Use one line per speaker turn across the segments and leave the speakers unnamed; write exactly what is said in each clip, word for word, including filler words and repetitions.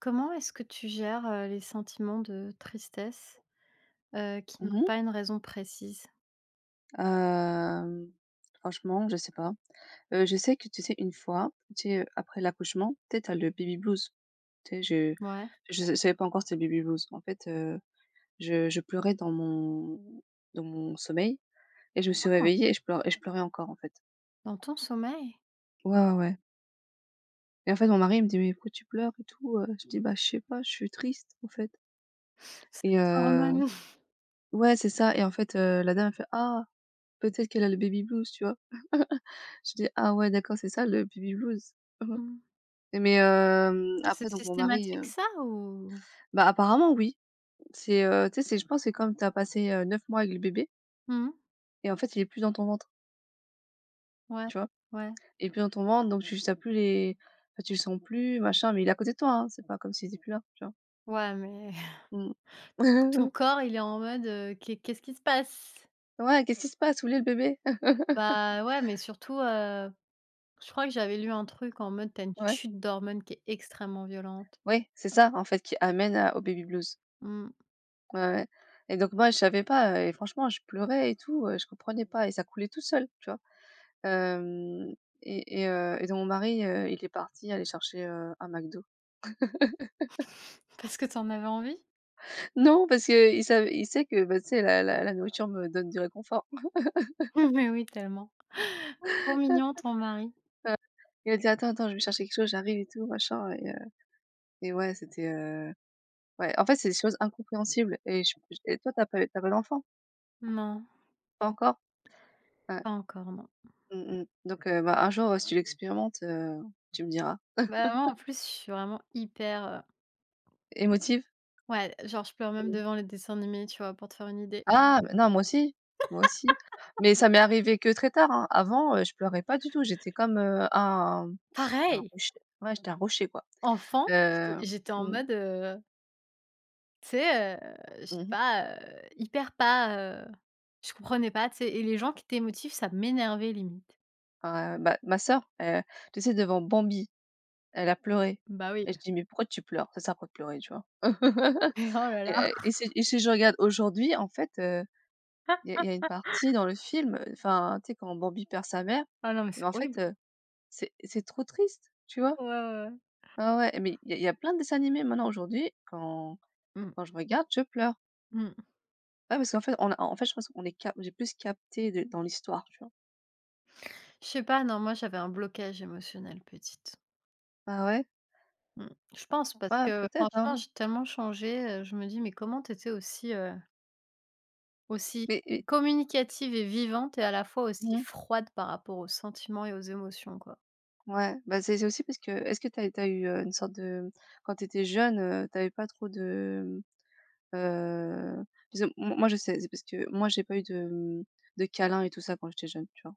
Comment est-ce que tu gères, heu, les sentiments de tristesse, heu, qui n'ont
Mmh mh.
pas une raison précise?
Hem, Franchement, je sais pas. Heu, je sais que, tu sais, une fois, tu sais, heu, après l'accouchement, tu sais, tu as le baby blues. Tu sais, je
Ouais.
je sa savais pas encore c'était le baby blues. En fait, heu, je je pleurais dans mon dans mon sommeil et je me suis
Ah!
réveillée et je pleu et je pleurais encore, en fait.
Dans ton sommeil?
Ouais, ouais, ouais, et en fait, mon mari, il me dit: «Mais pourquoi tu pleures et tout?» heu, je dis: «Bah, je sais pas, je suis triste, en fait»
C'est
et
les
heu
hormones
ouais, c'est ça et en fait, heu, la dame, elle fait: «Ah! Peut-être qu'elle a le baby blues», tu vois? Je dis: «Ah ouais, d'accord, c'est ça le baby blues?»
Mmh.
Mais hem,
C'est
après donc mon mari,
systématique
heu,
ça ou?
bah, apparemment oui. C'est, heu, tu sais, c'est je pense que c'est comme t'as passé, heu, 9 mois avec le bébé
Mmh.
et en fait il est plus dans ton ventre,
Ouais,
tu vois?
ouais,
Il est plus dans ton ventre, donc tu tu as plus les enfin tu le sens plus machin, mais il est à côté de toi, hein, c'est pas comme s'il était plus là, tu vois?
ouais, mais
Mmh.
ton corps il est en mode, heu: «Qu'est qu'est-ce qui se passe?»
Ouais: «Qu'est-ce qui se passe? Où il est le bébé?»
Bah, ouais, mais surtout, heu, je crois que j'avais lu un truc en mode: t'as une
Ouais,
chute d'hormones qui est extrêmement violente».
oui, c'est ça en fait qui amène à au baby blues.
Mmh.
Ouais, ouais, et donc moi je savais pas, heu et franchement je pleurais et tout, heu, je comprenais pas et ça coulait tout seul, tu vois? Hem et et heu et donc mon mari, heu, il est parti aller chercher, heu, un McDo.
Parce que t'en avais envie?
Non, parce que il savait il sait que, bah, tu sais la la la nourriture me donne du réconfort.
Mais oui, tellement. Trop mignon ton mari.
Il a dit: «Attends, attends, je vais chercher quelque chose, j'arrive et tout machin», et heu et ouais, c'était, heu, ouais, en fait, c'est des choses incompréhensibles et je je et toi t'as pas t'as pas d'enfant?
Non.
Pas encore? Ouais.
Pas encore, non.
Mmh mh. Donc heu, bah, un jour, si tu l'expérimentes, heu, tu me diras.
Bah, moi, en plus, je suis vraiment hyper, heu,
Émotive?
ouais, genre, je pleure même
Mmh.
devant les dessins animés, tu vois? Pour te faire une idée.
Ah, mais non, moi aussi, moi aussi. Mais ça m'est arrivé que très tard, hein. Avant, heu, je pleurais pas du tout, j'étais comme, heu, un un
Pareil,
rocher. Ouais, j'étais un rocher, quoi.
enfant,
Heu,
j'étais j'étais en
mmh,
mode, heu, tu sais, heu, je sais
mmh mh.
pas, heu, hyper pas, heu, je comprenais pas, tu sais? Et les gens qui étaient émotifs, ça m'énervait limite.
Ah, bah, ma sœur, heu, tu sais, devant Bambi, elle a pleuré
Bah oui,
et je dis: «Mais pourquoi tu pleures? C'est, ça sert pleurer?» Tu vois?
mais oh là
Et
là,
et et si et si je regarde aujourd'hui, en fait, euh, il y a y a une partie dans le film, enfin, tu sais, quand Bambi perd sa mère,
ah non, mais
mais
c'est
en fait,
horrible.
heu, c'est c'est trop triste, tu vois?
Ouais, ouais, ouais.
Ah ouais, mais il y a il y a plein de dessins animés maintenant aujourd'hui, quand
Mmh.
quand je regarde, je pleure.
Mmh.
Ouais, parce qu'en fait, on a en fait, je pense qu'on est cap j'ai plus capté de dans l'histoire, tu vois?
Je sais pas, non, moi, j'avais un blocage émotionnel petite.
Ah ouais?
Mmh. Je pense parce
Ouais,
que
peut-être,
franchement,
hein.
j'ai tellement changé, heu, je me dis: «Mais comment t'étais aussi, Aussi
Mais et
communicative et vivante et à la fois aussi
mmh,
froide par rapport aux sentiments et aux émotions, quoi.
ouais, bah, c'est c'est aussi parce que est-ce que t'as t'as eu, heu, une sorte de quand t'étais jeune, heu, tu pas trop de, mmh, parce que mo moi, je sais, c'est parce que moi, j'ai pas eu de, mmh, de câlins et tout ça quand j'étais jeune, tu vois?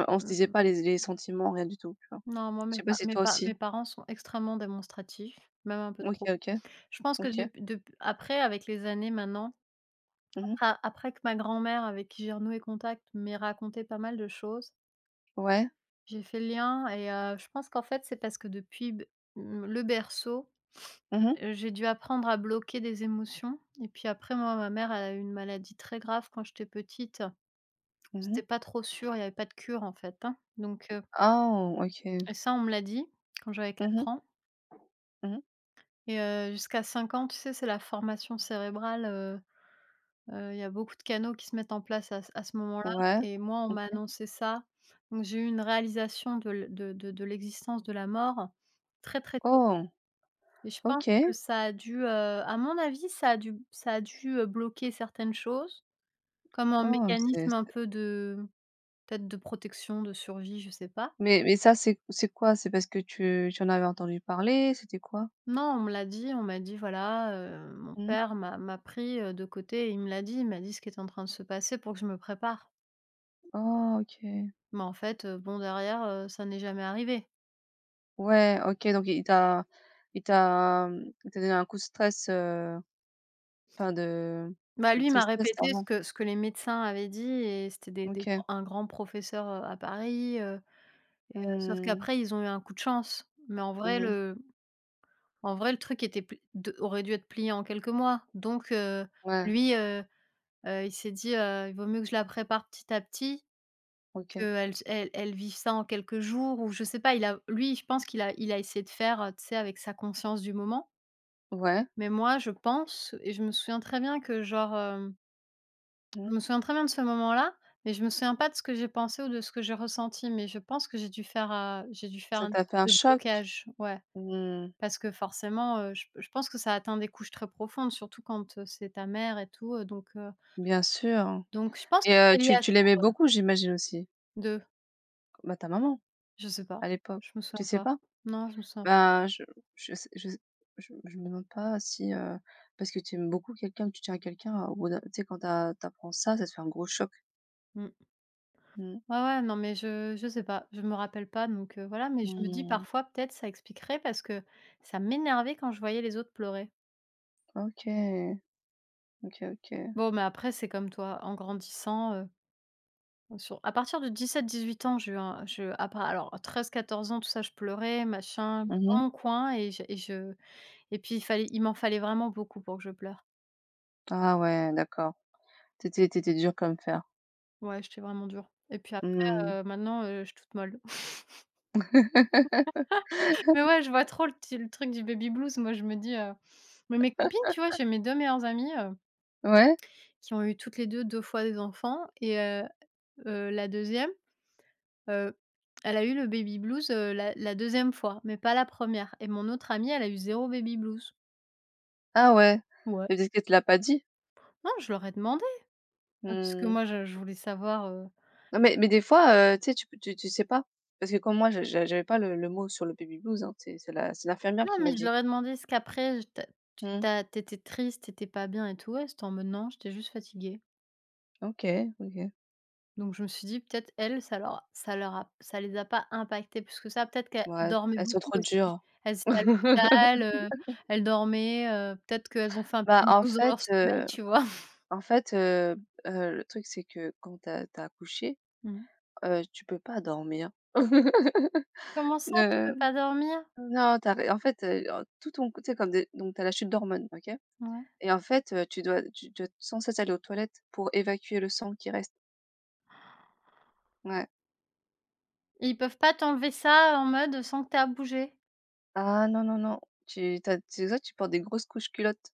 Heu, on se disait
Mmh.
pas les les sentiments, rien du tout, tu vois?
Non, moi,
Je
mes
sais
pa
pas si
mes
toi
pa mes
aussi?
parents sont extrêmement démonstratifs, même un peu
OK,
trop.
OK,
Je pense que
OK.
dep dep après, avec les années maintenant,
Mmh.
a après que ma grand-mère, avec qui j'ai renoué contact, m'ait raconté pas mal de choses,
Ouais.
j'ai fait le lien et heu, je pense qu'en fait, c'est parce que depuis b mmh, le berceau,
Mmh
heu, j'ai dû apprendre à bloquer des émotions et puis après, moi, ma mère, elle a eu une maladie très grave quand j'étais petite.
mhm
C'était
mh.
pas trop sûr, il y avait pas de cure, en fait, hein, donc heu
Ah! OK. Mhm
et ça, on me l'a dit quand j'avais
mhm.
quatre ans et heu, jusqu'à cinq ans, tu sais, c'est la formation cérébrale, heu heu, il y a beaucoup de canaux qui se mettent en place à ce à ce moment-là
Ouais.
et moi, on
OK.
m'a annoncé ça, donc j'ai eu une réalisation de l de de de l'existence de la mort très, très tôt
Oh!
et je pense que
OK.
ça a dû, heu, à mon avis, ça a dû ça a dû, heu, bloquer certaines choses, comme un
Oh, c'est
mécanisme un
c'est
peu de peut-être de protection, de survie, je sais pas.
mais mais ça, c'est c'est quoi? C'est parce que tu tu en avais entendu parler? C'était quoi?
Non, on me l'a dit, on m'a dit: «Voilà, heu, mon
Mhm.
père m'a m'a pris, heu, de côté et il me l'a dit, il m'a dit ce qui est en train de se passer pour que je me prépare».
Oh, OK.
Mais en fait, heu, bon derrière, heu, ça n'est jamais arrivé.
Ouais, OK, donc il t'a il t'a, mmh, il t'a donné un coup de stress, heu, enfin de
Bah,
de
lui, il m'a
tristesse
répété ce
avant.
que ce que les médecins avaient dit et c'était des des
OK.
grands un grand professeur, heu, à Paris, heu, sauf
Mmh.
qu'après ils ont eu un coup de chance. Mais en vrai
Mhm.
le en vrai le truc était pl de aurait dû être plié en quelques mois. Donc heu,
Ouais,
lui, heu heu, il s'est dit, heu: «Il vaut mieux que je la prépare petit à petit».
OK.
Qu'elles s elles elles vivent ça en quelques jours ou je sais pas, il a lui, je pense qu'il a il a essayé de faire, heu, tu sais, avec sa conscience du moment.
Ouais.
Mais moi, je pense et je me souviens très bien que genre, hem, je
Mmh.
me souviens très bien de ce moment-là, mais je me souviens pas de ce que j'ai pensé ou de ce que j'ai ressenti. Mais je pense que j'ai dû faire, heu, j'ai dû faire
Ça
un
t'a fait
espèce
un
de
choc?
blocage, ouais.
Mmh.
Parce que forcément, heu, je je pense que ça atteint des couches très profondes, surtout quand, heu, c'est ta mère et tout, heu, donc heu,
Bien sûr,
donc je pense que
et heu,
c'est lié
tu
à ces
tu l'aimais beaucoup, j'imagine aussi?
deux,
Bah, ta maman,
je sais pas,
à l'époque,
je me
tu
souviens
sais
pas.
pas?
Non, je me souviens
Bah, je je sais je je je me demande pas si, heu, parce que tu aimes beaucoup quelqu'un, que tu tiens à quelqu'un, au bout d'un tu sais, quand t'as t'apprends ça, ça te fait un gros choc.
mmh.
Mmh.
Ouais, ouais, non, mais je je sais pas, je me rappelle pas donc heu, voilà, mais je me dis
Mmh.
parfois peut-être ça expliquerait parce que ça m'énervait quand je voyais les autres pleurer.
OK. OK, OK.
Bon, mais après c'est comme toi, en grandissant, heu, sur à partir de dix dix-huit ans, j'ai eu un je après alors treize quatorze ans tout ça je pleurais machin, Mmh. mais dans
Mmh.
mon coin et je et je et puis il fallait il m'en fallait vraiment beaucoup pour que je pleure.
Ah ouais, d'accord. Tu étais dur comme fer.
Ouais, j'étais vraiment dure et puis après,
Mmh.
heu, maintenant, heu, je suis toute molle. Mais ouais, je vois trop le ti le truc du baby blues. Moi je me dis, heu mais mes copines, tu vois, j'ai mes deux meilleures amies,
Ouais?
qui ont eu toutes les deux deux fois des enfants et heu heu, la deuxième, e elle a eu le baby blues, heu, la la deuxième fois, mais pas la première. Et mon autre amie, elle a eu zéro baby blues.
Ah ouais.
Ouais.
Mais peut-être qu'elle te l'a pas dit?
Non, je leur ai demandé, heu, parce que
Mmh.
moi je je voulais savoir, heu
Non, mais mais des fois, heu, tu sais, tu peux tu tu sais pas. Parce que comme moi, je j'a j'avais pas le le mot sur le baby blues, hein, tu c'est la c'est l'infirmière
non,
qui m'a
mais je
dit.
leur ai demandé: ce qu'après je tu tu
Mmh.
tu as triste, t'étais pas bien et tout?» et c'était en mode: «Non, j'étais juste fatiguée».
OK, OK.
Donc je me suis dit: «Peut-être elles, ça leur ça leur a ça les a pas impactées plus que ça». Peut-être qu'elles
Ouais,
dormaient
elles sont
beaucoup
trop
aussi.
dures.
Elles étaient à l'hôpital, heu, elles dormaient, heu, peut-être qu'elles ont fait un peu
Bah, en
d'hypnose dans
fait,
leur sommeil,
heu
tu vois?
en fait, heu heu, le truc, c'est que quand t'as as accouché,
Mmh.
heu, tu peux pas dormir.
«Comment ça, tu peux
Ne
pas dormir?»
non, t'as en fait, heu, en tout ton, tu sais, comme des, donc t'as la chute d'hormones, OK?
Ouais.
Et en fait, heu, tu dois tu dois sans cesse aller aux toilettes pour évacuer le sang qui reste. Ouais.
Et ils peuvent pas t'enlever ça en mode sans que tu aies à bouger?
Ah non, non, non, tu tu as tu vois, tu portes des grosses couches culottes.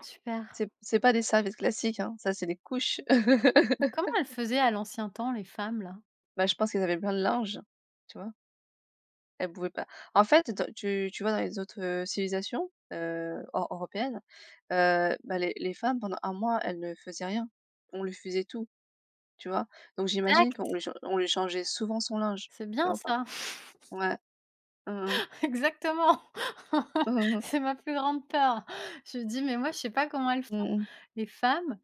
Super.
C'est c'est pas des serviettes classiques, hein, ça, c'est des couches.
Mais comment elles faisaient à l'ancien temps, les femmes, là?
Bah, je pense qu'ils avaient plein de linge, tu vois? Elle pouvait pas. En fait, dans tu tu vois dans les autres, heu, civilisations, heu, eu européennes, heu, bah, les les femmes pendant un mois, elles ne faisaient rien. On lui faisait tout, tu vois? Donc j'imagine
Exact!
qu'on lui chan on lui changeait souvent son linge,
C'est
tu vois
bien
ou pas?
ça!
Ouais. Mmh mh.
Exactement!
Mmh mh.
C'est ma plus grande peur. Je me dis: «Mais moi, je sais pas comment elles font,
Mmh.
les femmes».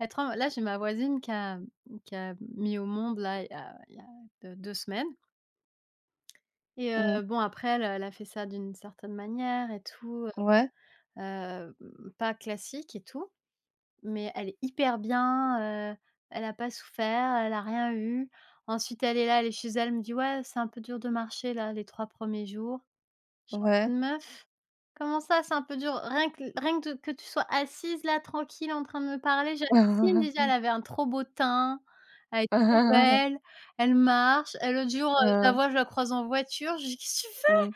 Être tremble. Là, j'ai ma voisine qui a qui a mis au monde, là, il y a il y a de deux semaines et heu,
Mmh.
bon après elle, elle a fait ça d'une certaine manière et tout, heu,
Ouais,
mmh, pas classique et tout, mais elle est hyper bien, heu, elle n'a pas souffert, elle n'a rien eu. Ensuite, elle est là, elle est chez elle, elle me dit: «Ouais, c'est un peu dur de marcher là, les trois premiers jours». Je suis en
ouais.
mode: «Meuf, comment ça? C'est un peu dur». Rien que rien que de que tu sois assise là, tranquille, en train de me parler, j'hallucine déjà. Elle avait un trop beau teint, elle est trop belle, elle marche. Et l'autre jour, heu, je la
Heu,
vois, je la croise en voiture, je dis: «Qu'est-ce que tu fais?»
mmh.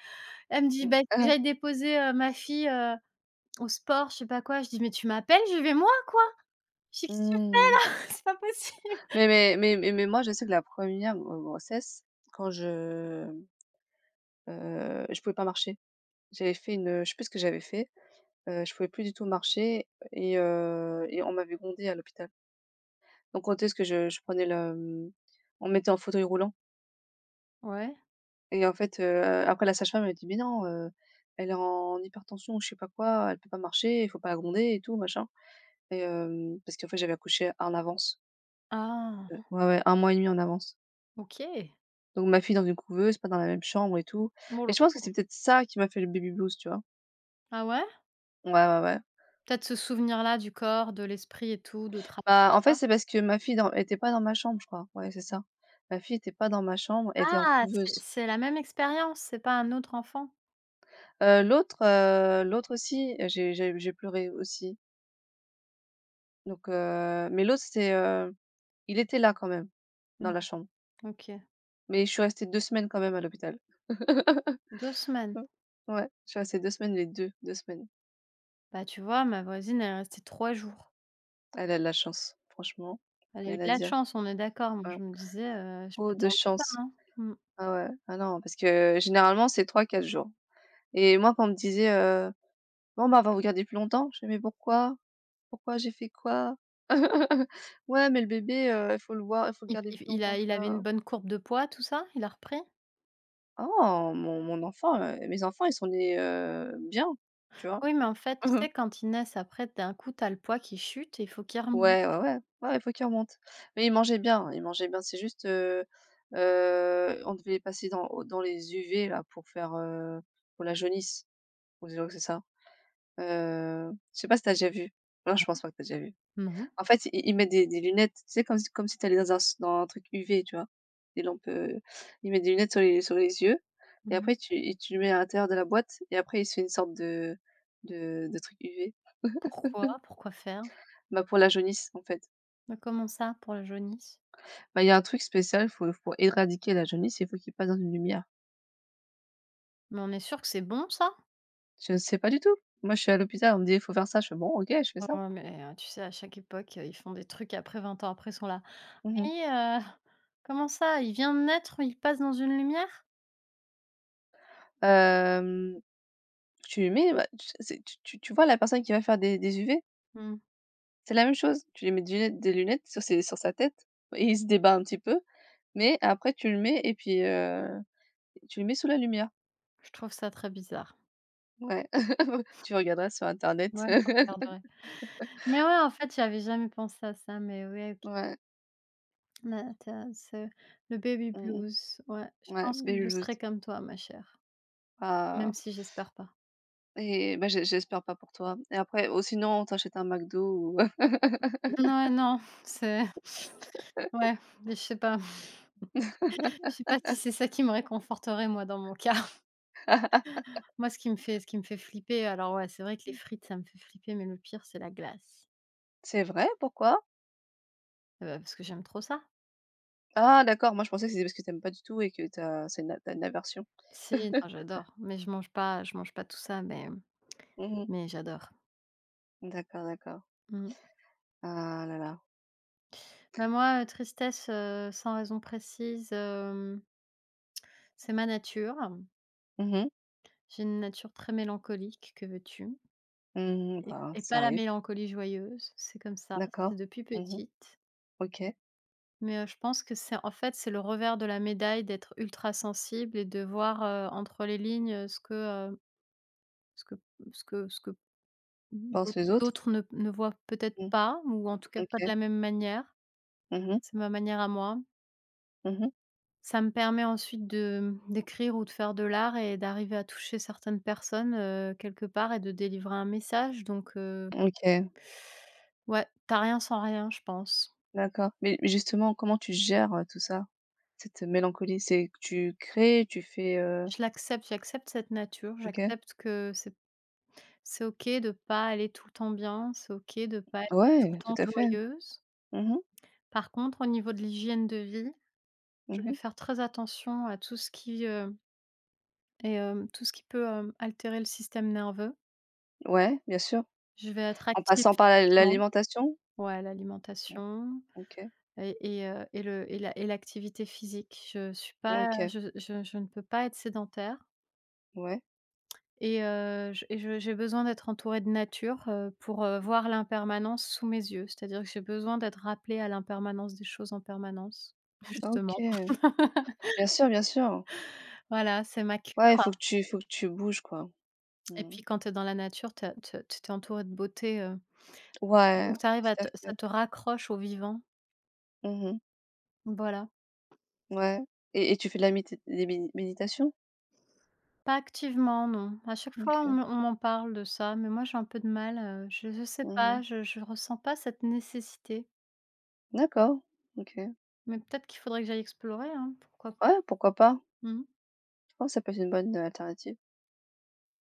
Elle me dit:
Mmh.
«Bah, il faut que
Hein.
j'aille déposer, heu, ma fille, heu, au sport», je sais pas quoi. Je dis: «Mais tu m'appelles? Je vais moi, quoi!» Je dis: «Qu'est-ce que tu
Mmh.
fais? C'est pas possible».
Mais mais mais mais mais moi, je sais que la première re grossesse, quand je, heu, je pouvais pas marcher. J'avais fait une, je sais plus ce que j'avais fait, heu, je pouvais plus du tout marcher et heu et on m'avait grondée à l'hôpital. Donc on tu ce que je je prenais le, mmh, on me mettait en fauteuil roulant
Ouais.
et en fait, heu, après la sage-femme elle a dit: «Mais non, heu, elle est en hypertension ou je sais pas quoi, elle peut pas marcher, il faut pas la gronder et tout machin», et hem, parce qu'en fait j'avais accouché en avance,
Ah,
heu, ouais, ouais, un mois et demi mois et demi en avance.
OK.
Donc ma fille dans une couveuse, pas dans la même chambre et tout,
Oh
et
là
je pense que
là.
c'est peut-être ça qui m'a fait le baby blues, tu vois?
Ah ouais?
Ouais, ouais, ouais.
Peut-être ce souvenir-là du corps, de l'esprit et tout, de travail,
Bah,
tout
en fait,
ça?
c'est parce que ma fille dans était pas dans ma chambre, je crois. Ouais, c'est ça. Ma fille était pas dans ma chambre, elle était en
Ah! C'est
couveuse.
c'est la même expérience, c'est pas un autre enfant?
Heu, l'autre, heu, l'autre aussi, heu, j'ai j'ai j'ai pleuré aussi. Donc heu, mais l'autre, c'est, heu, il était là quand même, dans
Mmh.
la chambre.
OK.
Mais je suis restée deux semaines quand même à l'hôpital.
Deux semaines.
Ouais, je suis restée deux semaines, les deux, deux semaines.
Bah, tu vois, ma voisine, elle est restée trois jours.
Elle a de la chance, franchement,
Elle a eu
rien
de
à
la
dire.
chance, on est d'accord. Moi,
Ouais.
je me disais, heu, je
Oh, de
m'attendais pas,
chance.
hein. Mmh.
Ah ouais, ah non, parce que généralement, c'est trois, quatre jours. Et moi, quand on me disait, euh, bon, bah, on va regarder plus longtemps. Je fais: «Mais pourquoi? Pourquoi j'ai fait quoi?» «Ouais, mais le bébé, heu, il faut le voir il faut le
Il p
garder
il
plus
il
longtemps».
a
Je
il
fais:
avait une bonne courbe de poids, tout ça? Il a repris?
«Ah oh, mon mon enfant, heu, mes enfants, ils sont nés, heu, bien», tu vois?
Oui, mais en fait, tu sais, quand ils naissent, après, d'un coup, tu as le poids qui chute et il faut qu'il Mmh remonte.
Ouais, ouais, ouais, ouais, il faut qu'ils remontent. Mais ils mangeaient bien, ils mangeaient bien. C'est juste, heu heu, on devait les passer dans au dans les U V là pour faire, heu, pour la jaunisse. On dirait que c'est ça. Heu, je sais pas si t'as déjà vu? Non, je pense pas que t'as déjà vu.
Non.
En fait, i ils mettent des des lunettes, tu sais, comme si comme si tu allais dans un s dans un truc U V, tu vois? Des lampes, heu, ils mettent des lunettes sur les sur les yeux, et
Mmh
après tu et tu le mets à l'intérieur de la boîte, et après il se fait une sorte de de de truc U V.
Pourquoi? Pourquoi faire?
Bah, pour la jaunisse, en fait.
Mais comment ça, pour la jaunisse?
Bah, il y a un truc spécial, faut pour éradiquer la jaunisse, il faut qu'il passe dans une lumière.
Mais on est sûr que c'est bon ça?
Je ne sais pas du tout. Moi, je suis à l'hôpital, on me dit: «Il faut faire ça». Je fais: «Bon, OK, je fais
Ah
ça».
ouais, mais, heu, tu sais, à chaque époque, ils font des trucs, après vingt ans après, ils sont là:
Mmh mh.
Et heu, comment ça? Il vient de naître, il passe dans une lumière?
Tu lui mets, bah, tu c'est tu tu tu vois la personne qui va faire des des U V?
Mmh,
C'est la même chose, tu lui mets des lunettes des lunettes sur ses sur sa tête et il se débat un petit peu, mais après tu le mets et puis, heu, tu le mets sous la lumière.
je trouve ça très bizarre.
Ouais. Tu regarderas sur internet.
Ouais, je regarderai. Mais ouais, en fait, j'avais jamais pensé à ça, mais ouais, OK.
Ouais.
Là, tu ce le baby
Mmh mh.
blues, ouais. Je
Ouais,
pense que je
Mulhouse.
serai comme toi, ma chère, même
Ah
si j'espère pas.
et bah, j'e j'espère pas pour toi, et après ou sinon on t'achète un McDo ou.
Ouais, non, c'est ouais, je sais pas. Je sais pas si c'est ça qui me réconforterait, moi, dans mon cas. Moi, ce qui me fait ce qui me fait flipper alors ouais, c'est vrai que les frites, ça me fait flipper, mais le pire, c'est la glace.
C'est vrai? Pourquoi?
Heu, parce que j'aime trop ça.
Ah d'accord, moi je pensais que c'était parce que tu aimes pas du tout et que t'as c'est une tu une aversion.
Si, non, j'adore, mais je mange pas je mange pas tout ça, mais
Mmh.
mais j'adore.
D'accord, d'accord.
Mmh.
Ah là là.
Bah, moi, heu, tristesse, heu, sans raison précise, hem, c'est ma nature.
Mmh mh.
J'ai une nature très mélancolique, que veux-tu?
Mmh.
Et
Bah,
et
ça
pas la
arrive.
mélancolie joyeuse, c'est comme ça,
D'accord.
c'est depuis
Mmh.
petite.
OK.
Mais, heu, je pense que c'est en fait, c'est le revers de la médaille d'être ultra sensible et de voir, heu, entre les lignes, heu, ce que, heu, ce que ce que ce que
Pince les autres?
d'autres ne ne voient peut-être
Mmh.
pas ou en tout cas pas de
OK.
la même manière.
Mmh mh.
C'est ma manière à moi.
Mmh mh.
Ça me permet ensuite de d'écrire ou de faire de l'art et d'arriver à toucher certaines personnes, heu, quelque part et de délivrer un message donc heu,
OK,
ouais, t'as rien sans rien, je pense.
d'accord. Mais justement, comment tu gères, heu, tout ça? Cette mélancolie, c'est que tu crées, tu fais, heu
Je l'accepte, j'accepte cette nature,
OK.
j'accepte que c'est c'est OK de pas aller tout le temps bien, c'est OK de pas être tout le
Ouais, tout
temps
à fait.
joyeuse.
Mmh mh.
Par contre, au niveau de l'hygiène de vie, je
Mmh
vais
mh.
faire très attention à tout ce qui, heu, est, hem, tout ce qui peut, hem, altérer le système nerveux.
Ouais, bien sûr.
Je vais être
En
active
passant par la
physiquement.
l'alimentation?
Ouais,
Mmh.
l'alimentation
OK.
et et heu et le et la et l'activité physique. Je suis pas
OK.
je je je ne peux pas être sédentaire
Ouais.
et heu, je et je j'ai besoin d'être entourée de nature, heu, pour, heu, voir l'impermanence sous mes yeux. C'est-à-dire que j'ai besoin d'être rappelée à l'impermanence des choses en permanence, justement.
OK. Bien sûr, bien sûr.
Voilà, c'est ma cure
Ouais, il faut que tu faut que tu bouges, quoi.
et
Mmh.
puis quand tu es dans la nature, tu as tu tu entourée de beauté, heu,
Ouais,
donc tu arrives à
tout à
te
fait.
ça te raccroche au vivant.
Mmh mh.
Voilà.
Ouais. Et et tu fais de la médi des médi méditation?
Pas activement, non. À chaque fois, on
OK.
me on m'en parle de ça, mais moi, j'ai un peu de mal, heu, je ne sais
Mmh
pas,
mh.
je ne ressens pas cette nécessité,
D'accord. OK.
mais peut-être qu'il faudrait que j'aille explorer, hein, pourquoi pas?
Ouais, pourquoi pas?
Mmh.
Je pense que ça peut être une bonne, heu, alternative.